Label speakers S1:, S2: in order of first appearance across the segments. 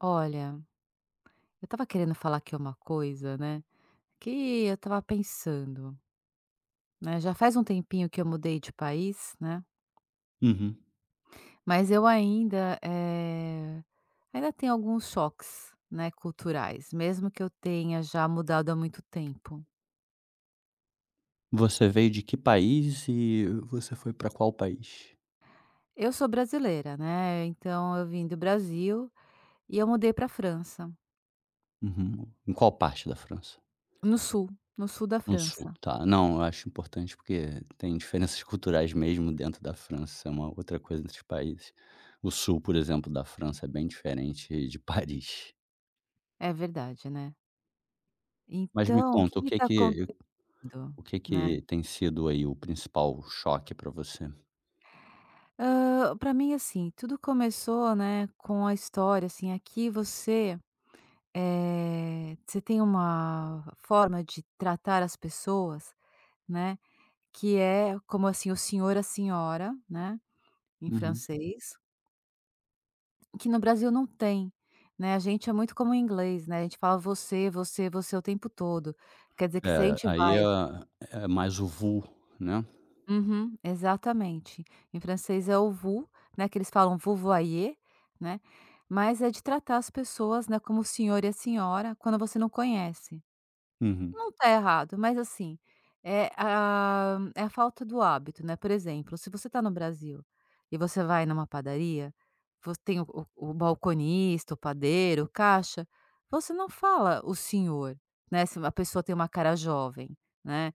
S1: Olha, eu estava querendo falar aqui uma coisa, né, que eu estava pensando, né, já faz um tempinho que eu mudei de país, né,
S2: Uhum.
S1: mas eu ainda, ainda tenho alguns choques, né, culturais, mesmo que eu tenha já mudado há muito tempo.
S2: Você veio de que país e você foi pra qual país?
S1: Eu sou brasileira, né, então eu vim do Brasil e eu mudei para França,
S2: Uhum. Em qual parte da França?
S1: no sul, no sul da
S2: No sul,
S1: França.
S2: tá. Não, eu acho importante porque tem diferenças culturais mesmo dentro da França, é uma outra coisa entre os países. O sul, por exemplo, da França é bem diferente de Paris.
S1: É verdade, né.
S2: Mas me
S1: Então, o
S2: conta,
S1: que
S2: o
S1: que
S2: que
S1: tá
S2: que
S1: acontecendo,
S2: o que
S1: né?
S2: que tem sido aí o principal choque pra você?
S1: Pra mim, assim, tudo começou, né, com a história, assim, aqui você, você tem uma forma de tratar as pessoas, né, que é como, assim, o senhor, a senhora, né, em
S2: Uhum.
S1: francês, que no Brasil não tem, né. A gente é muito como em inglês, né, a gente fala você, você, você o tempo todo. Quer dizer que se a
S2: É,
S1: gente
S2: aí
S1: vai assim,
S2: é é mais o vu, né.
S1: uhum, exatamente. Em francês é o vous, né, que eles falam vous voyez, né, mas é de tratar as pessoas, né, como o senhor e a senhora quando você não conhece.
S2: Uhum.
S1: Não tá errado, mas assim, é a falta do hábito, né. Por exemplo, se você tá no Brasil e você vai numa padaria, você tem o balconista, o padeiro, o caixa, você não fala o senhor, né, se a pessoa tem uma cara jovem, né,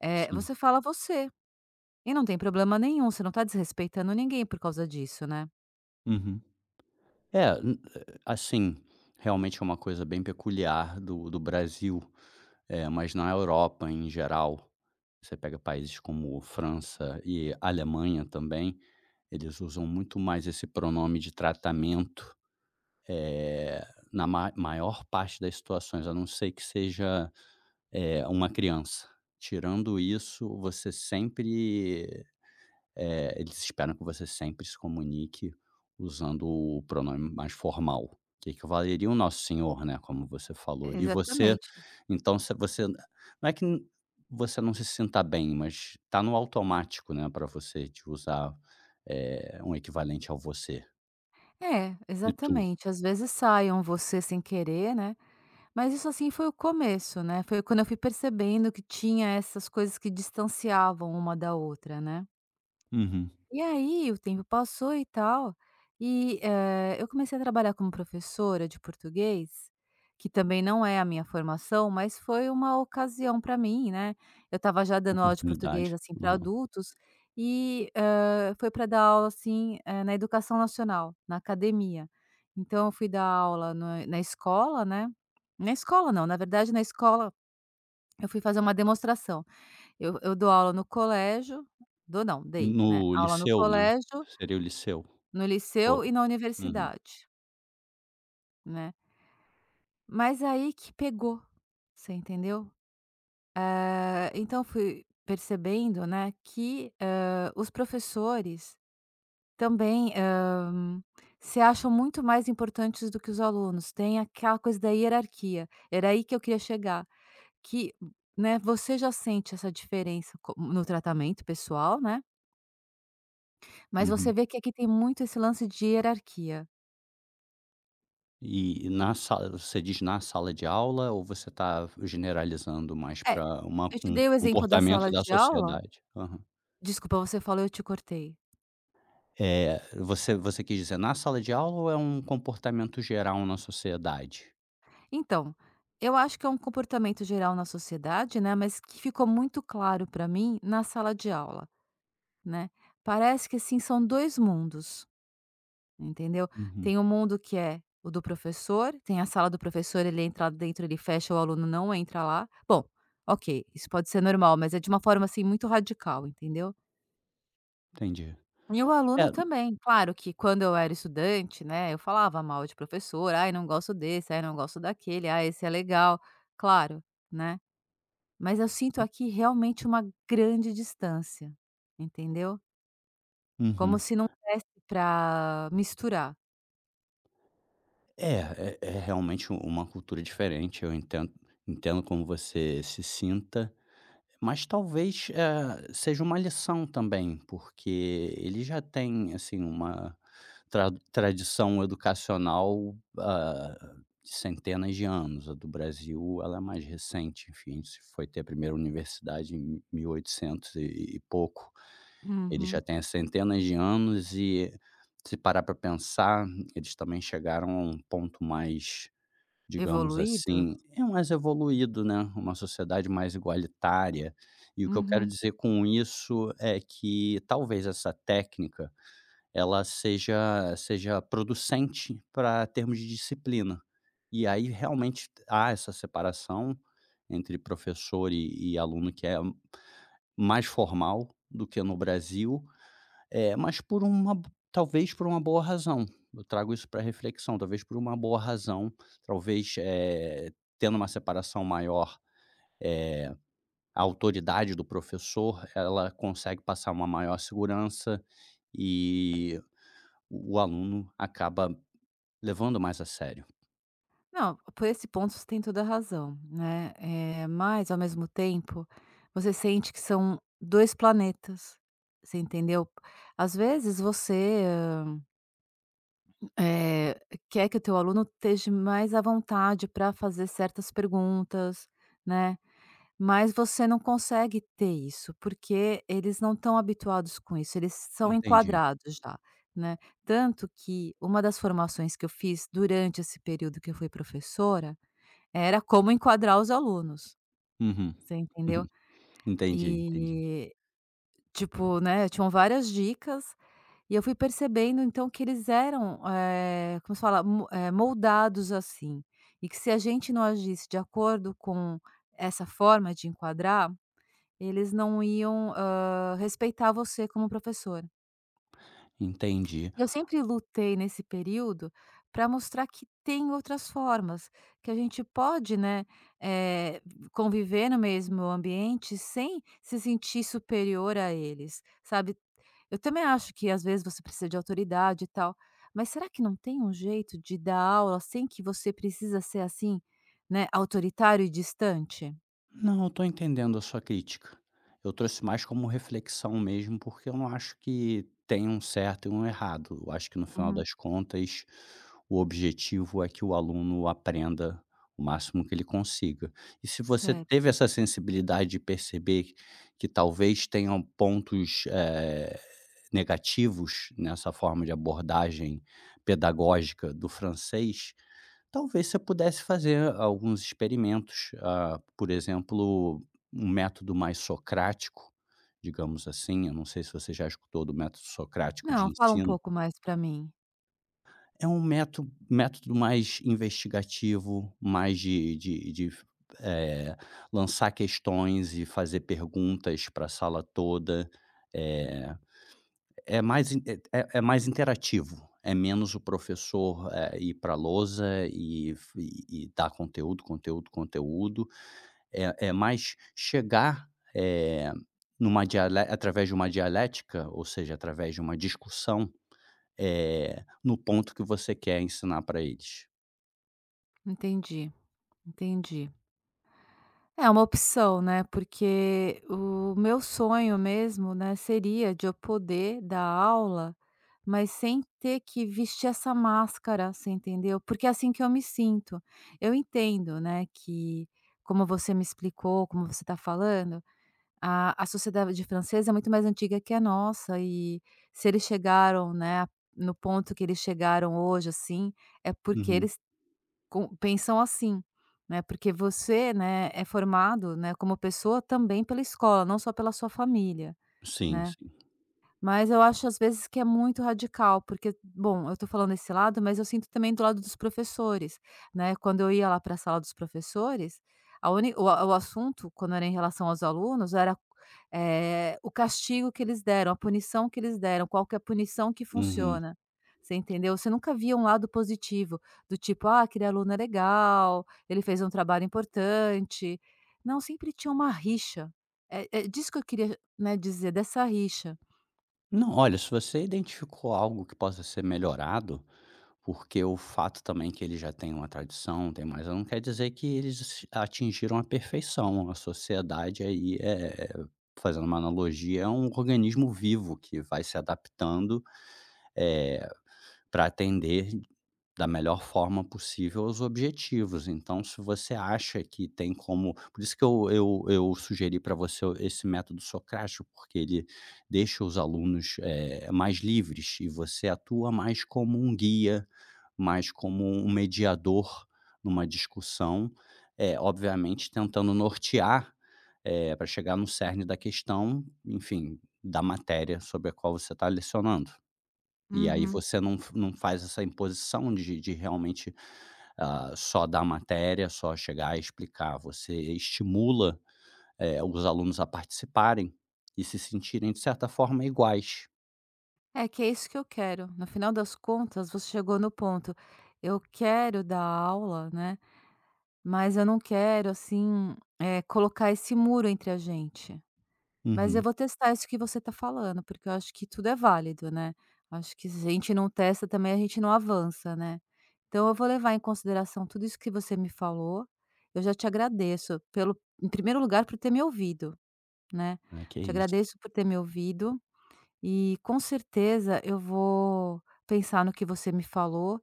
S2: Sim.
S1: você fala você. E não tem problema nenhum, você não está desrespeitando ninguém por causa disso, né.
S2: Uhum. É, n assim, realmente é uma coisa bem peculiar do Brasil, mas na Europa em geral, você pega países como França e Alemanha também, eles usam muito mais esse pronome de tratamento, eh, na ma maior parte das situações, a não ser que seja, uma criança. Tirando isso, você sempre eles esperam que você sempre se comunique usando o pronome mais formal, que equivaleria o nosso senhor, né, como você falou. E você
S1: Exatamente.
S2: então se você não é que n- você não se sinta bem, mas tá no automático, né, para você de usar, um equivalente ao você.
S1: É,
S2: E tu?
S1: exatamente. Às vezes saiam você sem querer, né, mas isso, assim, foi o começo, né, foi quando eu fui percebendo que tinha essas coisas que distanciavam uma da outra, né.
S2: Uhum.
S1: E aí o tempo passou e tal, e, eu comecei a trabalhar como professora de português, que também não é a minha formação, mas foi uma ocasião para mim, né. Eu estava já dando aula de
S2: Oportunidade.
S1: português, assim, para
S2: Aham.
S1: adultos e, foi para dar aula, assim, na educação nacional, na academia. Então eu fui dar aula na escola, né, na escola não, na verdade na escola eu fui fazer uma demonstração. Eu dou aula no colégio, dou não, dei, né,
S2: No
S1: aula no
S2: liceu, né?
S1: colégio,
S2: Seria o liceu?
S1: no
S2: Ou
S1: liceu e na
S2: uhum,
S1: universidade, né. Mas aí que pegou, você entendeu? Então fui percebendo, né, que, os professores também, hã, se acham muito mais importantes do que os alunos, tem aquela coisa da hierarquia, era aí que eu queria chegar, que, né, você já sente essa diferença co no tratamento pessoal, né, mas
S2: uhum.
S1: você vê que aqui tem muito esse lance de hierarquia.
S2: E na sala você diz na sala de aula ou você está generalizando mais
S1: É,
S2: para uma
S1: eu te
S2: um
S1: dei o exemplo da
S2: comportamento
S1: sala
S2: da
S1: de aula.
S2: sociedade? Aham.
S1: Desculpa, você falou, eu te cortei.
S2: Você você quis dizer na sala de aula ou é um comportamento geral na sociedade?
S1: Então, eu acho que é um comportamento geral na sociedade, né, mas que ficou muito claro para mim na sala de aula, né. Parece que, assim, são 2 mundos, entendeu.
S2: Uhum,
S1: Tem o mundo que é o do professor, tem a sala do professor, ele entra lá dentro, ele fecha, o aluno não entra lá. Bom, ok, isso pode ser normal, mas é de uma forma, assim, muito radical, entendeu.
S2: entendi.
S1: E o
S2: É,
S1: aluno também. Claro que quando eu era estudante, né, eu falava mal de professor: "Ai, não gosto desse, ai, não gosto daquele, ah, esse é legal". Claro, né. Mas eu sinto aqui realmente uma grande distância, entendeu? Como
S2: uhum.
S1: se não desse para misturar.
S2: É, é realmente uma cultura diferente, eu entendo como você se sinta. Mas talvez, seja uma lição também, porque ele já tem, assim, uma tradição educacional, de centenas de anos. A do Brasil, ela é mais recente, enfim, a gente se foi ter a primeira universidade em 1800 e oitocentos e pouco. Ele já
S1: Uhum.
S2: tem centenas de anos e, se parar para pensar, eles também chegaram a um ponto mais, digamos
S1: Evoluído?
S2: assim, é mais evoluído, né, uma sociedade mais igualitária. E o que eu quero
S1: Uhum.
S2: dizer com isso é que talvez essa técnica, ela seja producente para termos de disciplina. E aí realmente há essa separação entre professor e aluno, que é mais formal do que no Brasil, é, mas por uma, talvez por uma boa razão. Eu trago isso para reflexão, talvez por uma boa razão, talvez, tendo uma separação maior, eh, a autoridade do professor, ela consegue passar uma maior segurança e o aluno acaba levando mais a sério.
S1: Não, por esse ponto você tem toda a razão, né. Mas ao mesmo tempo, você sente que são 2 planetas, você entendeu? Às vezes você, Eh, quer que o teu aluno esteja mais à vontade para fazer certas perguntas, né, mas você não consegue ter isso, porque eles não estão habituados com isso, eles são
S2: Entendi.
S1: enquadrados já, né. Tanto que uma das formações que eu fiz durante esse período que eu fui professora, era como enquadrar os alunos,
S2: Uhum.
S1: você entendeu?
S2: Uhum. Entendi, entendi.
S1: E tipo, né, tinham várias dicas, e eu fui percebendo então que eles eram, como se fala? Moldados assim, e que se a gente não agisse de acordo com essa forma de enquadrar, eles não iam, respeitar você como professor.
S2: Entendi.
S1: Eu sempre lutei nesse período para mostrar que tem outras formas, que a gente pode, né, eh, conviver no mesmo ambiente sem se sentir superior a eles, sabe. Eu também acho que às vezes você precisa de autoridade e tal, mas será que não tem um jeito de dar aula sem que você precisa ser assim, né, autoritário e distante?
S2: Não, eu tô entendendo a sua crítica. Eu trouxe mais como reflexão mesmo, porque eu não acho que tem um certo e um errado. Eu acho que, no final
S1: Uhum.
S2: das contas, o objetivo é que o aluno aprenda o máximo que ele consiga. E se você
S1: Certo.
S2: teve essa sensibilidade de perceber que talvez tenham pontos, negativos nessa forma de abordagem pedagógica do francês, talvez você pudesse fazer alguns experimentos, por exemplo, um método mais socrático, digamos assim. Eu não sei se você já escutou do método socrático de
S1: Não, fala um
S2: ensino.
S1: pouco mais para mim.
S2: É um método mais investigativo, mais de eh, lançar questões e fazer perguntas para a sala toda. eh é mais in É mais interativo, é menos o professor, ir pra lousa e f e dar conteúdo, conteúdo, conteúdo. É mais chegar, eh, numa diale através de uma dialética, ou seja, através de uma discussão, no ponto que você quer ensinar para eles.
S1: Entendi, entendi. É uma opção, né, porque o meu sonho mesmo, né, seria de eu poder dar aula, mas sem ter que vestir essa máscara, você entendeu? Porque é assim que eu me sinto. Eu entendo, né, que como você me explicou, como você está falando, a sociedade francesa é muito mais antiga que a nossa e se eles chegaram, né, no ponto que eles chegaram hoje, assim, é porque
S2: Uhum.
S1: eles com pensam assim, né, porque você, né, é formado, né, como pessoa também pela escola, não só pela sua família,
S2: Sim,
S1: né.
S2: sim.
S1: Mas eu acho às vezes que é muito radical, porque, bom, eu estou falando desse lado, mas eu sinto também do lado dos professores, né. Quando eu ia lá para a sala dos professores, a uni o a o assunto, quando era em relação aos alunos, era, o castigo que eles deram, a punição que eles deram, qual que é a punição que
S2: Uhum.
S1: funciona, você entendeu? Você nunca via um lado positivo, do tipo: "Ah, aquele aluno é legal, ele fez um trabalho importante". Não, sempre tinha uma rixa. É disso que eu queria, né, dizer, dessa rixa.
S2: Não, olha, se você identificou algo que possa ser melhorado, porque o fato também que eles já têm uma tradição, tem mais, não quer dizer que eles atingiram a perfeição. A sociedade aí é, fazendo uma analogia, é um organismo vivo que vai se adaptando para atender da melhor forma possível aos objetivos. Então, se você acha que tem como, por isso que eu eu sugeri para você esse método socrático, porque ele deixa os alunos, mais livres e você atua mais como um guia, mas como um mediador numa discussão, é obviamente tentando nortear, para chegar no cerne da questão, enfim, da matéria sobre a qual você está lecionando. E aí
S1: Uhum.
S2: você não faz essa imposição de realmente, só dar matéria, só chegar a explicar, você estimula, os alunos a participarem e se sentirem de certa forma iguais.
S1: É que é isso que eu quero. No final das contas, você chegou no ponto. Eu quero dar aula, né? Mas eu não quero, assim, colocar esse muro entre a gente. Mas eu
S2: Uhum.
S1: vou testar isso que você tá falando, porque eu acho que tudo é válido, né? Acho que se a gente não testa também, a gente não avança, né? Então eu vou levar em consideração tudo isso que você me falou. Eu já te agradeço pelo, em primeiro lugar, por ter me ouvido, né?
S2: Ah,
S1: Te agradeço por ter me ouvido. E com certeza eu vou pensar no que você me falou,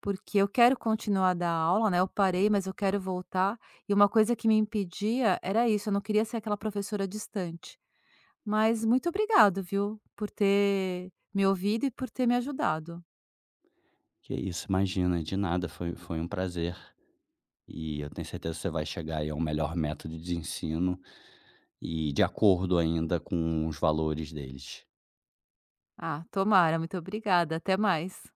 S1: porque eu quero continuar a dar aula, né? Eu parei, mas eu quero voltar. E uma coisa que me impedia era isso, eu não queria ser aquela professora distante. Mas muito obrigado, viu, por ter me ouvido e por ter me ajudado.
S2: que isso, imagina, de nada, foi um prazer. E eu tenho certeza que você vai chegar aí a um melhor método de ensino e de acordo ainda com os valores deles.
S1: Ah, tomara, muito obrigada. Até mais.